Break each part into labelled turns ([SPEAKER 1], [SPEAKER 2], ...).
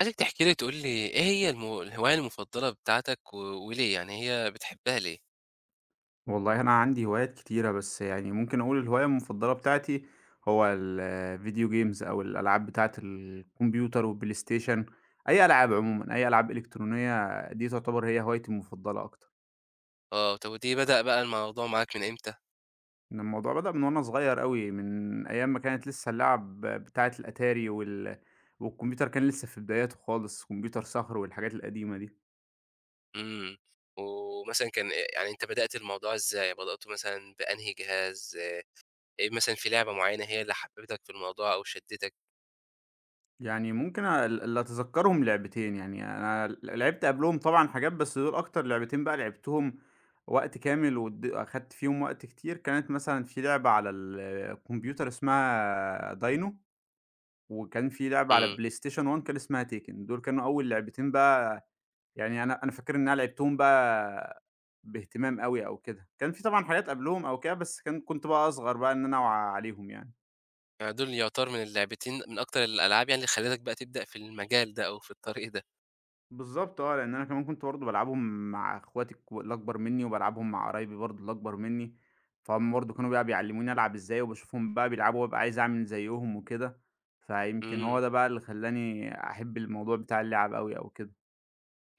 [SPEAKER 1] عايزك تحكي لي تقول لي إيه هي الهواية المفضلة بتاعتك و وليه؟ يعني هي بتحبها ليه؟
[SPEAKER 2] والله أنا عندي هوايات كتيرة، بس يعني ممكن أقول الهواية المفضلة بتاعتي هو الvideo games أو الألعاب بتاعة الكمبيوتر والPlayStation، أي ألعاب عمومًا، أي ألعاب إلكترونية دي تعتبر هي هوايتي المفضلة أكتر.
[SPEAKER 1] آه، طب ودي بدأ بقى الموضوع معاك من إمتى؟
[SPEAKER 2] إن الموضوع بدأ من وأنا صغير أوي، من أيام ما كانت لسه اللعب بتاعة الأتاري والكمبيوتر كان لسه في بداياته خالص، كمبيوتر صخر والحاجات القديمة دي.
[SPEAKER 1] إمم. ومثلًا كان يعني أنت بدأت الموضوع إزاي؟ يعني بدأته مثلًا بأنهي جهاز؟ إيه مثلًا في لعبة معيّنة هي اللي حببتك في الموضوع أو شدتك؟
[SPEAKER 2] يعني ممكن اللي أتذكّرهم لعبتين، يعني أنا لعبت قبلهم طبعًا حاجات، بس دول أكتر لعبتين بقى لعبتهم وقت كامل واد أخدت فيهم وقت كتير، كانت مثلًا في لعبة على الكمبيوتر اسمها داينو، وكان في لعبة على
[SPEAKER 1] إمم.
[SPEAKER 2] البلايستيشن 1 كان اسمها تيكن، دول كانوا أول لعبتين بقى يعني أنا فاكر إن أنا لعبتهم بقى باهتمام أوي أو كده، كان في طبعًا حاجات قبلهم أو كده، بس كنت بقى أصغر بقى إن أنا أوعى عليهم يعني.
[SPEAKER 1] يعني دول يعتبر من أكتر الألعاب يعني اللي خلّتك بقى تبدأ في المجال ده أو في الطريق ده.
[SPEAKER 2] بالضبط آه، لإن أنا كمان كنت برضه بالعبهم مع أخواتي الأكبر منّي، وبالعبهم مع قرايبي برضه الأكبر منّي، فهُم برضه كانوا بقى بيعلموني ألعب إزاي، وباشوفهم بقى بيلعبوا وابقى عايز أعمل زيّهم وكده، فيمكن
[SPEAKER 1] إمم.
[SPEAKER 2] هو ده بقى اللي خلّاني أحب الموضوع بتاع اللعب أوي أو كده.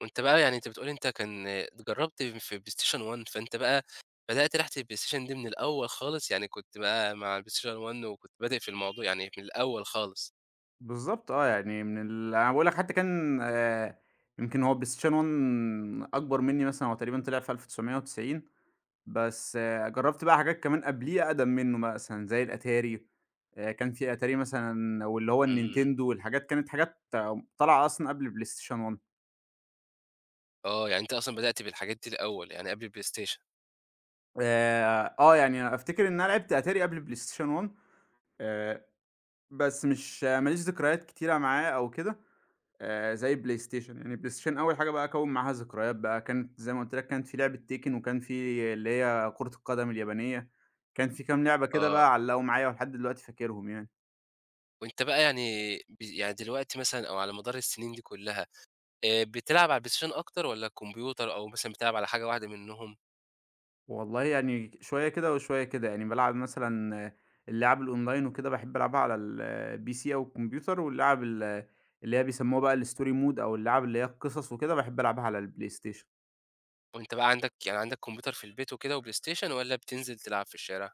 [SPEAKER 1] وأنت بقى يعني أنت بتقول أنت كان جرّبت في PlayStation 1، فأنت بقى بدأت رحلة الPlayStation دي من الأول خالص، يعني كنت بقى مع الPlayStation 1 وكنت بادئ في الموضوع يعني من الأول خالص.
[SPEAKER 2] بالضبط آه، يعني من ال أنا باقول لك حتى كان، يمكن هو PlayStation 1 أكبر منّي مثلًا، هو تقريبًا طلع في 1990. بس آه، جرّبت بقى حاجات كمان قبليه أقدم منّه مثلًا زي الأتاري، كان في أتاري مثلًا واللي هو
[SPEAKER 1] إمم،
[SPEAKER 2] الNintendo والحاجات كانت حاجات طالعة أصلًا قبل الPlayStation 1.
[SPEAKER 1] آه، يعني أنت أصلًا بدأت بالحاجات دي الأول، يعني قبل الPlayStation.
[SPEAKER 2] يعني أنا أفتكر إن أنا لعبت أتاري قبل الPlayStation 1، آآ بس مش ما ليش ذكريات كتيرة معاه أو كده زي الPlayStation. يعني الPlayStation أول حاجة بقى أكوّن معاها ذكريات بقى، كانت زي ما قُلت لك كانت في لعبة تيكن، وكان في اللي هي كرة القدم اليابانية، كان في كام لعبة كده
[SPEAKER 1] آه،
[SPEAKER 2] بقى علّقوا معايا، ولحد دلوقتي فاكرهم يعني.
[SPEAKER 1] وأنت بقى يعني يعني دلوقتي مثلًا أو على مدار السنين دي كلّها، بتلعب على الPlayStation أكتر والّا الكمبيوتر أو مثلًا بتلعب على حاجة واحدة منّهم؟
[SPEAKER 2] والله يعني شوية كده وشوية كده، يعني بالعب مثلًا اللعب الأونلاين وكده باحب ألعبها على الPC أو الكمبيوتر، واللعب اللي هي بيسموها بقى الstory mode أو اللعب اللي هي القصص وكده باحب ألعبها على الPlayStation.
[SPEAKER 1] وأنت بقى عندك كمبيوتر في البيت وكده وPlayStation والّا بتنزل تلعب في الشارع؟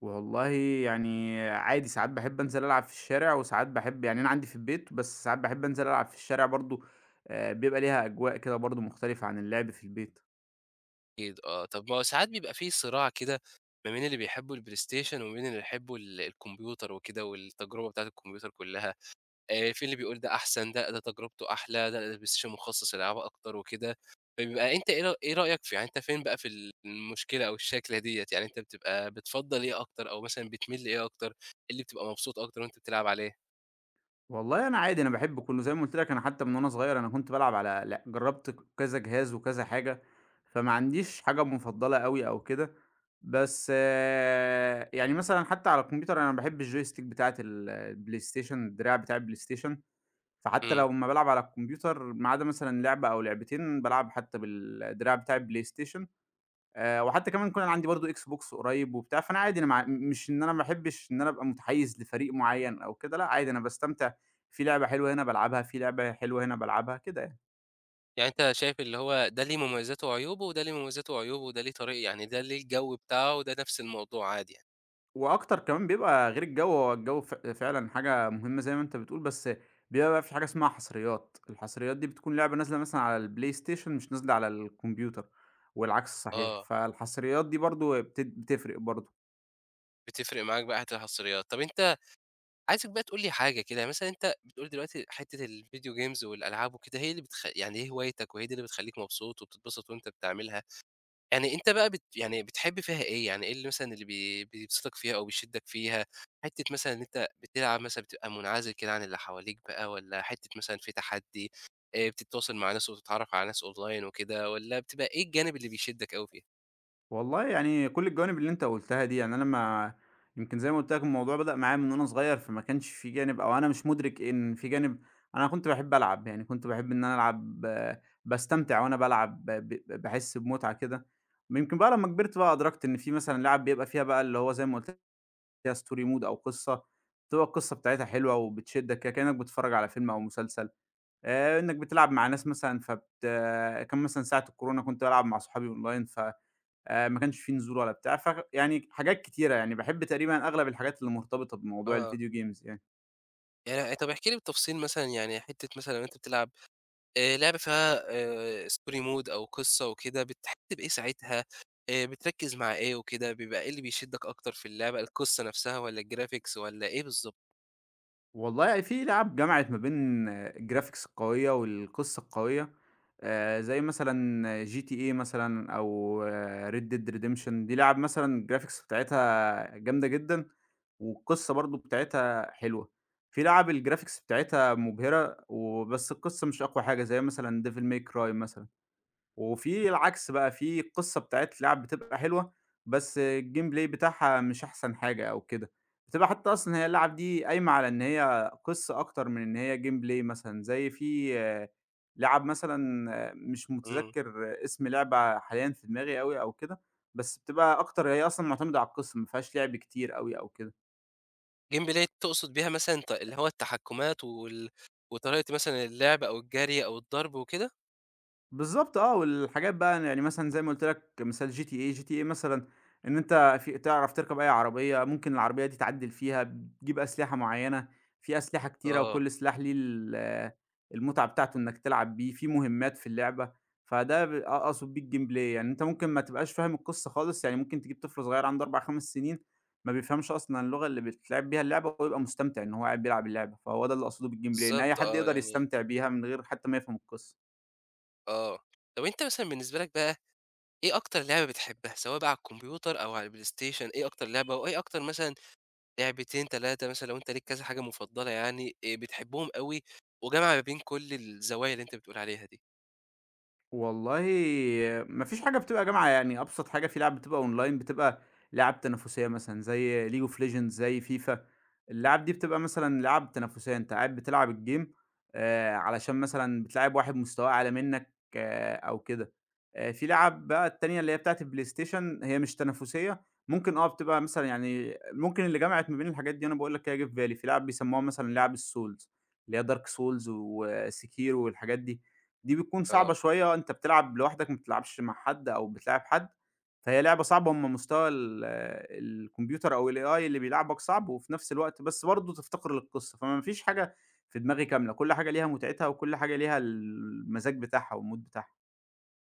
[SPEAKER 2] والله يعني عادي، ساعات باحب أنزل ألعب في الشارع، وساعات باحب يعني أنا عندي في البيت، بس ساعات باحب أنزل ألعب في الشارع برضه. بيبقى ليها أجواء كده برضه مختلفة عن اللعب في البيت.
[SPEAKER 1] أكيد آه. طب ما هو ساعات بيبقى في صراع كده ما بين اللي بيحبوا البلايستيشن وما بين اللي بيحبوا الكمبيوتر وكده، والتجربة بتاعة الكمبيوتر كلّها. في اللي بيقول ده أحسن، ده تجربته أحلى، ده البلايستيشن مخصص لألعاب أكتر وكده. فبيبقى أنت إيه رأيك في يعني أنت فين بقى في المشكلة أو الشكلة ديّة، يعني أنت بتبقى بتفضّل إيه أكتر أو مثلًا بتميل لإيه أكتر؟ إيه اللي بتبقى مبسوط أكتر وأنت بتلعب عليه؟
[SPEAKER 2] والله أنا عادي، أنا باحب كُلّه، زي ما قُلت لك أنا حتى من وأنا صغير أنا كنت بالعب على لأ جرّبت كذا جهاز وكذا حاجة، فما عنديش حاجة مُفضّلة أوي أو كده، بس آه، يعني مثلًا حتى على الكمبيوتر أنا باحب الjoystick بتاعة الPlayStation، الدراع بتاع الPlayStation، فحتى
[SPEAKER 1] إمم.
[SPEAKER 2] لو أمّا بالعب على الكمبيوتر ما عدا مثلًا لعبة أو لعبتين، بالعب حتى بالدراع بتاع الPlayStation. وحتى كمان كان عندي برضه Xbox قريب وبتاع، فأنا عادي، أنا مش إن أنا ما باحبش إن أنا أبقى متحيّز لفريق معيّن أو كده، لأ عادي أنا باستمتع، في لعبة حلوة هنا بالعبها، في لعبة حلوة هنا بالعبها، كده يعني.
[SPEAKER 1] يعني أنت شايف اللي هو ده ليه مميزاته وعيوبه، وده ليه مميزاته وعيوبه، وده ليه طريق، يعني ده ليه الجو بتاعه وده نفس الموضوع عادي يعني؟
[SPEAKER 2] وأكتر كمان بيبقى غير الجو، هو الجو فعلًا حاجة مهمة زي ما أنت بتقول، بس بيبقى بقى في حاجة اسمها حصريات، الحصريات دي بتكون لعبة نازلة مثلًا على الPlayStation مش نازلة على الكمبيوتر والعكس صحيح،
[SPEAKER 1] آه.
[SPEAKER 2] فالحصريات دي برضه بتفرق برضه.
[SPEAKER 1] بتفرق معاك بقى حتة الحصريات. طب أنت، عايزك بقى تقول لي حاجة كده، مثلًا أنت بتقول دلوقتي حتة الفيديو جيمز والألعاب وكده هي اللي يعني هي هوايتك، وهي دي اللي بتخلّيك مبسوط وبتتبسط وأنت بتعملها. يعني أنت بقى يعني بتحب فيها إيه؟ يعني إيه اللي مثلًا اللي بيبسطك فيها أو بيشدك فيها؟ حتة مثلًا إن أنت بتلعب مثلًا بتبقى منعزل كده عن اللي حواليك بقى، والّا حتة مثلًا في تحدي، بتتواصل مع ناس وتتعرف على ناس أونلاين وكده، والّا بتبقى إيه الجانب اللي بيشدك أوي فيها؟
[SPEAKER 2] والله يعني كل الجوانب اللي أنت قُلتها دي. يعني أنا ما يمكن زي ما قُلت لك الموضوع بدأ معايا من وأنا صغير، فما كانش في جانب أو أنا مش مُدرِك إن في جانب، أنا كنت باحب ألعب، يعني كنت باحب إن أنا ألعب، باستمتع وأنا بالعب، ب ب باحس بمتعة كده. يمكن بقى لمّا كبرت بقى أدركت إن في مثلًا لعب بيبقى فيها بقى اللي هو زي ما قُلت لك فيها story mode أو قصة، بتبقى القصة بتاعتها حلوة وبتشدك كده كأنك بتتفرج على فيلم أو مسلسل. إنك بتلعب مع ناس مثلًا فبت آه، كان مثلًا ساعة الكورونا كنت بالعب مع صحابي online، ف ما كانش في نزول ولا بتاع، يعني حاجات كتيرة، يعني باحب تقريبًا أغلب الحاجات اللي مرتبطة بموضوع
[SPEAKER 1] آه.
[SPEAKER 2] الفيديو games يعني.
[SPEAKER 1] يعني طب احكِ لي بالتفصيل مثلًا، يعني حتة مثلًا وأنت بتلعب لعبة فيها story mode أو قصة وكده، بتحس بإيه ساعتها؟ بتركّز مع إيه وكده؟ بيبقى إيه اللي بيشدّك أكتر في اللعبة، القصة نفسها والّا الgraphics والّا إيه بالضبط؟
[SPEAKER 2] والله يعني في لعب جمعت ما بين الgraphics القوية والقصة القوية، زي مثلًا GTA مثلًا، أو Red Dead Redemption، دي لعب مثلًا الgraphics بتاعتها جامدة جدًا، والقصة برضه بتاعتها حلوة. في لعب الgraphics بتاعتها مبهرة وبس القصة مش أقوى حاجة، زي مثلًا Devil May Cry مثلًا. وفي العكس بقى، في القصة بتاعة اللعب بتبقى حلوة، بس الGameplay بتاعها مش أحسن حاجة أو كده. بتبقى حتى أصلًا هي اللعب دي قايمة على إن هي قصة أكتر من إن هي Gameplay مثلًا، زي في آه، لعب مثلًا آه، مش
[SPEAKER 1] إمم.
[SPEAKER 2] متذكر اسم لعبة حاليًا في دماغي أوي أو كده، بس بتبقى أكتر هي أصلًا معتمدة على القصة، ما فيهاش لعب كتير أوي أو كده.
[SPEAKER 1] game play تقصد بيها مثلًا اللي هو التحكُّمات وطريقة مثلًا اللعب أو الجري أو الضرب وكده؟
[SPEAKER 2] بالضبط آه، والحاجات بقى يعني مثلًا زي ما قُلت لك مثال GTA مثلًا، إن أنت في تعرف تركب أي عربية، ممكن العربية دي تعدِّل فيها، بتجيب أسلحة معيّنة، في أسلحة كتيرة
[SPEAKER 1] آه،
[SPEAKER 2] وكل سلاح ليه المتعة بتاعته إنّك تلعب بيه، في مهمّات في اللعبة، فده ب أ أقصد بيه الGameplay، يعني يعني أنت ممكن ما تبقاش فاهم القصة خالص، يعني ممكن تجيب طفل صغير عنده 4، 5 سنين ما بيفهمش أصلًا اللغة اللي بتتلعب بيها اللعبة ويبقى مستمتع إن هو قاعد بيلعب اللعبة، فهو ده اللي أقصده بالGameplay، إن أي
[SPEAKER 1] بالضبط
[SPEAKER 2] حد
[SPEAKER 1] آه،
[SPEAKER 2] يقدر
[SPEAKER 1] يعني
[SPEAKER 2] يستمتع بيها من غير حتى ما يفهم القصة.
[SPEAKER 1] آه. طَب أنت مثلًا بالنسبة لك بقى، إيه أكتر لعبة بتحبها، سواء بقى على الكمبيوتر أو على البلايستيشن؟ إيه أكتر لعبة وإيه أكتر مثلًا لعبتين، 3 مثلًا، لو أنت ليك كذا حاجة مفضلة، يعني بتحبهم أوي، وجامع ما بين كل الزوايا اللي أنت بتقول عليها دي.
[SPEAKER 2] والله ما فيش حاجة بتبقى جامعة، يعني أبسط حاجة في لعب بتبقى أونلاين بتبقى لعب تنافسية، مثلًا زي League of Legends، زي FIFA، اللعب دي بتبقى مثلًا لعب تنافسية، أنت قاعد بتلعب الجيم، علشان مثلًا بتلاعب واحد مستواه أعلى منك آه أو كده. في لعب بقى التانية اللي هي بتاعة البلايستيشن هي مش تنافسية، ممكن آه، بتبقى مثلًا يعني ممكن اللي جمعت ما بين الحاجات دي وأنا باقول لك هي جه في بالي، في لعب بيسموها مثلًا لعب الSouls اللي هي Dark Souls وSekiro والحاجات دي. دي بتكون صعبة
[SPEAKER 1] آه.
[SPEAKER 2] شوية، أنت بتلعب لوحدك ما بتلعبش مع حد أو بتلاعب حد، فهي لعبة صعبة، هم مستوى الكمبيوتر أو الAI اللي بيلاعبك صعب، وفي نفس الوقت بس برضه تفتقر للقصة، فما فيش حاجة في دماغي كاملة، كل حاجة ليها متعتها وكل حاجة ليها المزاج بتاعها والMood بتاعها.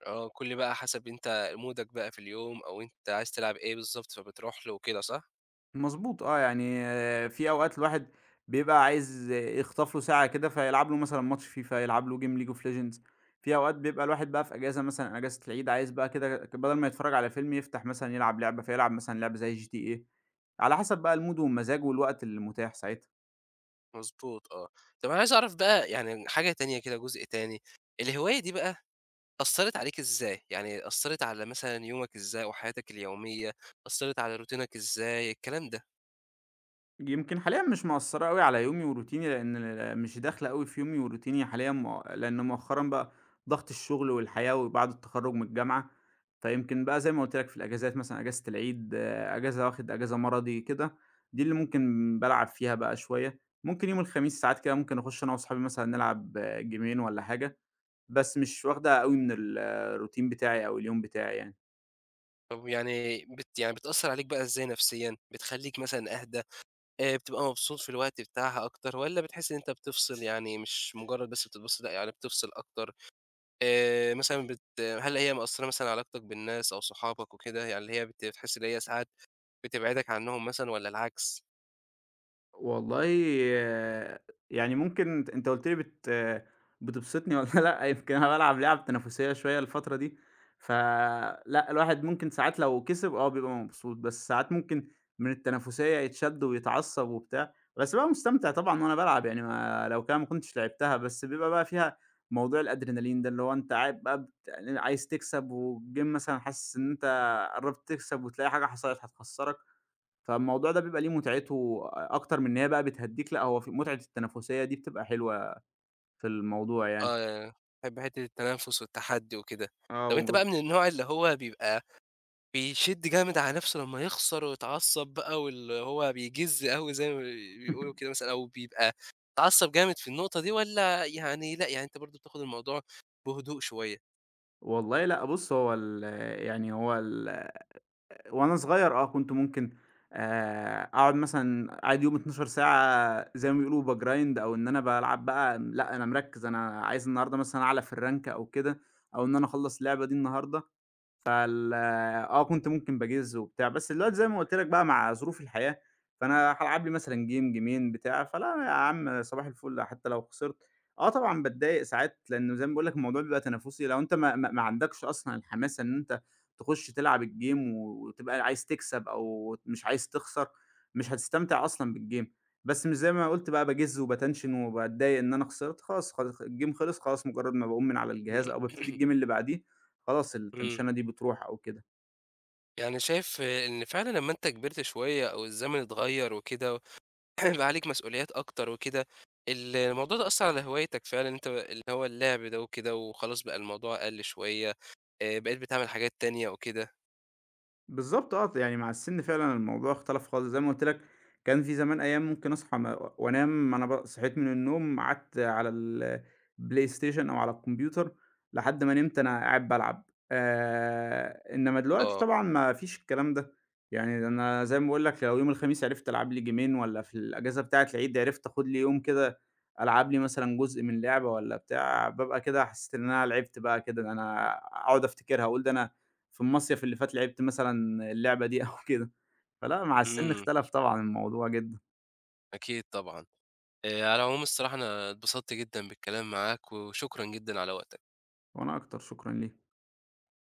[SPEAKER 1] آه، كل بقى حسب أنت مودك بقى في اليوم أو أنت عايز تلعب إيه بالضبط، فبتروح له وكده، صح؟
[SPEAKER 2] مضبوط آه، يعني آه، في أوقات الواحد بيبقى عايز يخطف له ساعة كده، فيلعب له مثلًا ماتش FIFA، يلعب له game League of Legends. في أوقات بيبقى الواحد بقى في أجازة مثلًا أجازة العيد عايز بقى كده بدل ما يتفرج على فيلم يفتح مثلًا يلعب لعبة، فيلعب مثلًا لعبة زي GTA، على حسب بقى الmood والمزاج والوقت المتاح ساعتها.
[SPEAKER 1] مضبوط آه. طب أنا عايز أعرف بقى يعني حاجة تانية كده، جزء تاني. الهواية دي بقى أثّرت عليك إزاي؟ يعني أثّرت على مثلًا يومك إزاي أو حياتك اليومية؟ أثّرت على روتينك إزاي، الكلام ده؟
[SPEAKER 2] يمكن حاليًا مش مأثّرة أوي على يومي وروتيني، لإن مش داخلة أوي في يومي وروتيني حاليًا، لإن مؤخرًا بقى ضغط الشغل والحياة وبعد التخرُّج من الجامعة، فيمكن بقى زي ما قُلت لك في الأجازات مثلًا أجازة العيد، آه، أجازة واخد أجازة مرضي كده، دي اللي ممكن بالعب فيها بقى شوية. ممكن يوم الخميس ساعات كده ممكن أخُش أنا وأصحابي مثلًا نلعب آه، جيمين والّا حاجة، بس مش واخدة أوي من الروتين بتاعي أو اليوم بتاعي يعني.
[SPEAKER 1] طب يعني يعني بتأثّر عليك بقى إزاي نفسيًا؟ بتخلّيك مثلًا أهدى، بتبقى مبسوط في الوقت بتاعها أكتر، والّا بتحس إن أنت بتفصل، يعني مش مجرد بس بتتبسط، لأ يعني بتفصل أكتر؟ مثلًا هل هي مأثّرة مثلًا على علاقتك بالناس أو صحابك وكده؟ يعني اللي هي بتحس إن هي ساعات بتبعدك عنّهم مثلًا والّا العكس؟
[SPEAKER 2] والله آه، يعني ممكن أنت قُلت لي بت آه، بتبسطني والّا لأ، يمكن أنا بالعب لِعَب تنافسية شوية الفترة دي، فلأ، الواحد ممكن ساعات لو كسب آه، بيبقى مبسوط، بس ساعات ممكن من التنافسية يتشد ويتعصب وبتاع، بس بابقى مستمتع طبعًا وأنا بالعب يعني ما لو كده ما كنتش لعبتها، بس بيبقى بقى فيها موضوع الأدرينالين ده، اللي هو أنت قاعد بقى عايز تكسب والgame مثلًا حاسس إن أنت قرّبت تكسب وتلاقي حاجة حصلت هتخسّرك. فالموضوع ده بيبقى ليه متعته أكتر من إن هي بقى بتهدّيك، لأ هو في متعة التنافسية دي بتبقى حلوة في الموضوع يعني.
[SPEAKER 1] آه، بتحب حتّة التنافس والتحدّي وكده.
[SPEAKER 2] آه
[SPEAKER 1] طَب أنت بقى من النوع اللي هو بيبقى بيشِد جامد على نَفْسه لمّا يخسر ويتعصّب بقى، واللي هو بيجِز أوي زي ما بيقولوا كده مثلًا، أو بيبقى متعصّب جامد في النقطة دي، والّا يعني لأ، يعني أنت برضه بتاخُد الموضوع بهدوء شوية؟
[SPEAKER 2] والله لأ بُص، هو يعني هو وأنا صغير آه كنت ممكن أقعد مثلًا قاعد يوم 12 ساعة زي ما بيقولوا باgrind، أو إن أنا بالعب بقى لأ أنا مركّز أنا عايز النهارده مثلًا أعلى في الrank أو كده، أو إن أنا أخلّص اللعبة دي النهارده. فال آه، كنت ممكن باجِز وبتاع، بس دلوقتي زي ما قُلت لك بقى مع ظروف الحياة، فأنا هالعب لي مثلًا game جيمين بتاع، فلأ يا عم صباح الفل حتى لو خسرت. آه طبعًا باتضايق ساعات، لإنه زي ما باقول لك الموضوع بيبقى تنافسي، لو أنت ما عندكش أصلًا الحماسة إن أنت تخُش تلعب الgame وتبقى عايز تكسب أو مش عايز تخسر، مش هتستمتع أصلًا بالgame. بس مش زي ما قُلت بقى باجِز وباتنشن وباتضايق إن أنا خسرت، خلاص خل الgame خلص، خلاص مجرّد ما باقوم من على الجهاز
[SPEAKER 1] إمم.
[SPEAKER 2] أو بابتدي الgame اللي بعديه، خلاص التنشنة دي بتروح أو كده.
[SPEAKER 1] يعني شايف إن فعلًا لمّا أنت كبرت شوية أو الزمن اتغيّر وكده، بقى عليك مسؤوليات أكتر وكده، الموضوع ده أثّر على هوايتك فعلًا، أنت اللي هو اللعب ده وكده، وخلاص بقى الموضوع قَل شوية، بقيت بتعمل حاجات تانية وكده؟
[SPEAKER 2] بالضبط آه، يعني مع السِن فعلًا الموضوع اختلف خالص، زي ما قُلت لك كان في زمان أيام ممكن أصحى وأنام أنا ب صحيت من النوم قعدت على الPlayStation أو على الكمبيوتر لحد ما نمت أنا قاعد بالعب، إنما دلوقتي
[SPEAKER 1] آه.
[SPEAKER 2] طبعًا ما فيش الكلام ده، يعني ده أنا زي ما باقول لك لو يوم الخميس عرفت ألعب لي جيمين والّا في الأجازة بتاعة العيد عرفت آخُد لي يوم كده ألعب لي مثلًا جزء من لعبة والّا بتاع، بابقى كده حسّيت إن أنا لعبت بقى كده، ده أنا أقعد أفتكرها، أقول ده أنا في المصيف اللي فات لعبت مثلًا اللعبة دي أو كده، فلأ مع السِن
[SPEAKER 1] إمم.
[SPEAKER 2] اختلف طبعًا الموضوع جدًا،
[SPEAKER 1] أكيد طبعًا. على العموم الصراحة أنا اتبسطت جدًا بالكلام معاك، وشكرًا جدًا على وقتك.
[SPEAKER 2] وأنا أكتر شكرًا ليك.